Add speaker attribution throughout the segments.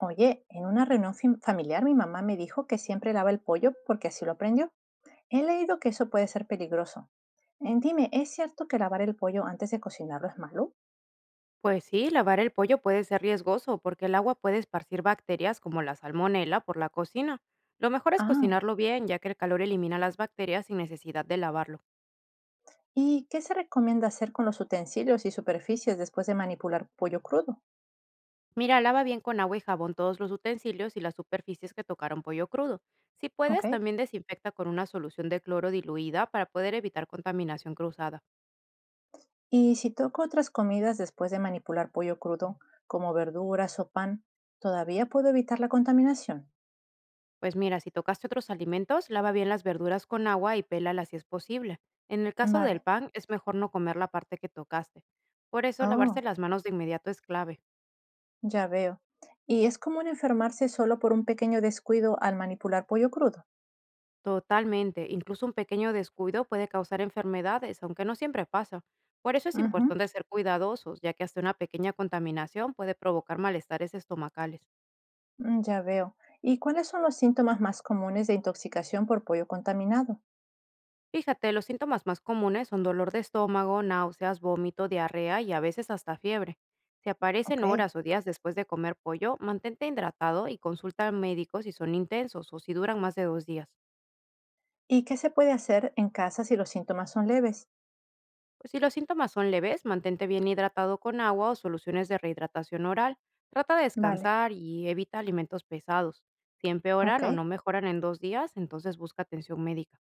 Speaker 1: Oye, en una reunión familiar mi mamá me dijo que siempre lava el pollo porque así lo aprendió. He leído que eso puede ser peligroso. Dime, ¿es cierto que lavar el pollo antes de cocinarlo es malo?
Speaker 2: Pues sí, lavar el pollo puede ser riesgoso porque el agua puede esparcir bacterias como la salmonela por la cocina. Lo mejor es
Speaker 1: Ah,
Speaker 2: cocinarlo bien, ya que el calor elimina las bacterias sin necesidad de lavarlo.
Speaker 1: ¿y qué se recomienda hacer con los utensilios y superficies después de manipular pollo crudo?
Speaker 2: Mira, lava bien con agua y jabón todos los utensilios y las superficies que tocaron pollo crudo. Si
Speaker 1: Ok.
Speaker 2: puedes, también desinfecta con una solución de cloro diluida para poder evitar contaminación cruzada.
Speaker 1: Y si toco otras comidas después de manipular pollo crudo, como verduras o pan, ¿todavía puedo evitar la contaminación?
Speaker 2: Pues mira, si tocaste otros alimentos, lava bien las verduras con agua y pélalas si es posible. En el caso del
Speaker 1: Vale.
Speaker 2: pan, es mejor no comer la parte que tocaste. Por eso, lavarse
Speaker 1: Oh.
Speaker 2: las manos de inmediato es clave.
Speaker 1: Ya veo. Y es común enfermarse solo por un pequeño descuido al manipular pollo crudo.
Speaker 2: Totalmente, incluso un pequeño descuido puede causar enfermedades, aunque no siempre pasa. Por eso es
Speaker 1: Ujú.
Speaker 2: importante ser cuidadosos, ya que hasta una pequeña contaminación puede provocar malestares estomacales.
Speaker 1: Ya veo. ¿Y cuáles son los síntomas más comunes de intoxicación por pollo contaminado?
Speaker 2: Fíjate, los síntomas más comunes son dolor de estómago, náuseas, vómito, diarrea y a veces hasta fiebre. Si aparecen
Speaker 1: Ok.
Speaker 2: horas o días después de comer pollo, mantente hidratado y consulta al médico si son intensos o si duran más de 2 días.
Speaker 1: ¿Y qué se puede hacer en casa si los síntomas son leves?
Speaker 2: Pues si los síntomas son leves, mantente bien hidratado con agua o soluciones de rehidratación oral. Trata de
Speaker 1: Vale.
Speaker 2: descansar y evita alimentos pesados. Si
Speaker 1: Ok.
Speaker 2: empeoran o no mejoran en 2 días, entonces busca atención médica.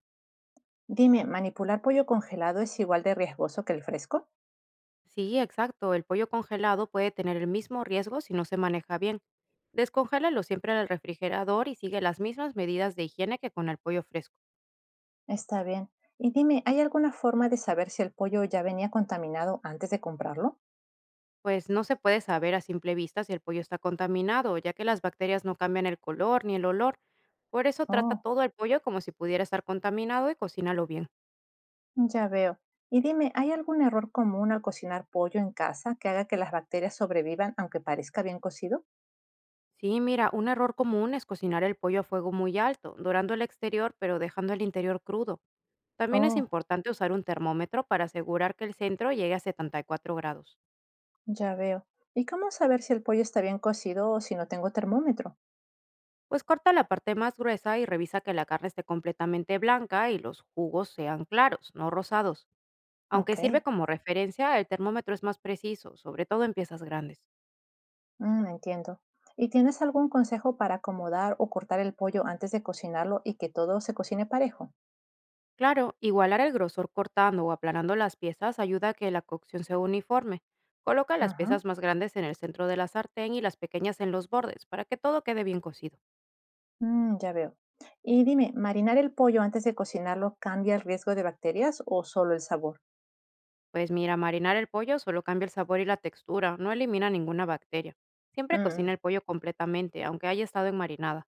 Speaker 1: Dime, ¿manipular pollo congelado es igual de riesgoso que el fresco?
Speaker 2: Sí, exacto. El pollo congelado puede tener el mismo riesgo si no se maneja bien. Descongélalo siempre en el refrigerador y sigue las mismas medidas de higiene que con el pollo fresco.
Speaker 1: Está bien. Y dime, ¿hay alguna forma de saber si el pollo ya venía contaminado antes de comprarlo?
Speaker 2: Pues no se puede saber a simple vista si el pollo está contaminado, ya que las bacterias no cambian el color ni el olor. Por eso trata
Speaker 1: Oh.
Speaker 2: todo el pollo como si pudiera estar contaminado y cocínalo bien.
Speaker 1: Ya veo. Y dime, ¿hay algún error común al cocinar pollo en casa que haga que las bacterias sobrevivan aunque parezca bien cocido?
Speaker 2: Sí, mira, un error común es cocinar el pollo a fuego muy alto, dorando el exterior pero dejando el interior crudo. También es
Speaker 1: Oh,
Speaker 2: importante usar un termómetro para asegurar que el centro llegue a 74 grados.
Speaker 1: ya veo. ¿Y cómo saber si el pollo está bien cocido o si no tengo termómetro?
Speaker 2: Pues corta la parte más gruesa y revisa que la carne esté completamente blanca y los jugos sean claros, no rosados. Aunque
Speaker 1: Ok,
Speaker 2: sirve como referencia, el termómetro es más preciso, sobre todo en piezas grandes.
Speaker 1: entiendo. ¿Y tienes algún consejo para acomodar o cortar el pollo antes de cocinarlo y que todo se cocine parejo?
Speaker 2: Claro, igualar el grosor cortando o aplanando las piezas ayuda a que la cocción sea uniforme. Coloca las
Speaker 1: Ajá,
Speaker 2: piezas más grandes en el centro de la sartén y las pequeñas en los bordes para que todo quede bien cocido.
Speaker 1: ya veo. Y dime, ¿marinar el pollo antes de cocinarlo cambia el riesgo de bacterias o solo el sabor?
Speaker 2: Pues mira, marinar el pollo solo cambia el sabor y la textura, no elimina ninguna bacteria. Siempre cocina
Speaker 1: Mm.
Speaker 2: el pollo completamente, aunque haya estado en marinada.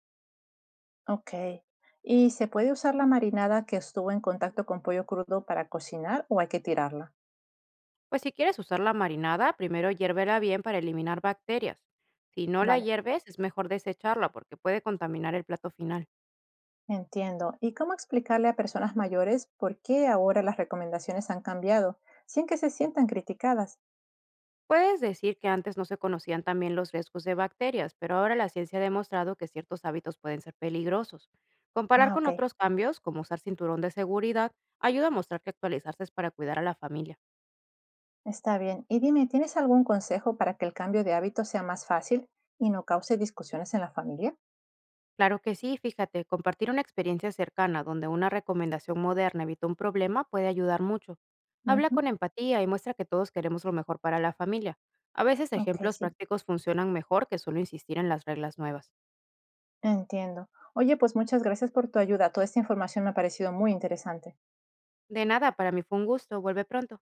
Speaker 1: Okey. ¿Y se puede usar la marinada que estuvo en contacto con pollo crudo para cocinar o hay que tirarla?
Speaker 2: Pues si quieres usarla marinada, primero hiérvela bien para eliminar bacterias. Si no la
Speaker 1: Vale,
Speaker 2: hierves, es mejor desecharla porque puede contaminar el plato final.
Speaker 1: entiendo. ¿Y cómo explicarle a personas mayores por qué ahora las recomendaciones han cambiado, sin que se sientan criticadas?
Speaker 2: Puedes decir que antes no se conocían también los riesgos de bacterias, pero ahora la ciencia ha demostrado que ciertos hábitos pueden ser peligrosos. Comparar
Speaker 1: Ah,
Speaker 2: con
Speaker 1: ok,
Speaker 2: otros cambios, como usar cinturón de seguridad, ayuda a mostrar que actualizarse es para cuidar a la familia.
Speaker 1: está bien. Y dime, ¿tienes algún consejo para que el cambio de hábito sea más fácil y no cause discusiones en la familia?
Speaker 2: Claro que sí, fíjate, compartir una experiencia cercana donde una recomendación moderna evitó un problema puede ayudar mucho. Habla
Speaker 1: Ujú.
Speaker 2: con empatía y muestra que todos queremos lo mejor para la familia. A veces
Speaker 1: Ok,
Speaker 2: ejemplos
Speaker 1: sí,
Speaker 2: prácticos funcionan mejor que solo insistir en las reglas nuevas.
Speaker 1: entiendo. Oye, pues muchas gracias por tu ayuda. Toda esta información me ha parecido muy interesante.
Speaker 2: De nada, para mí fue un gusto, vuelve pronto.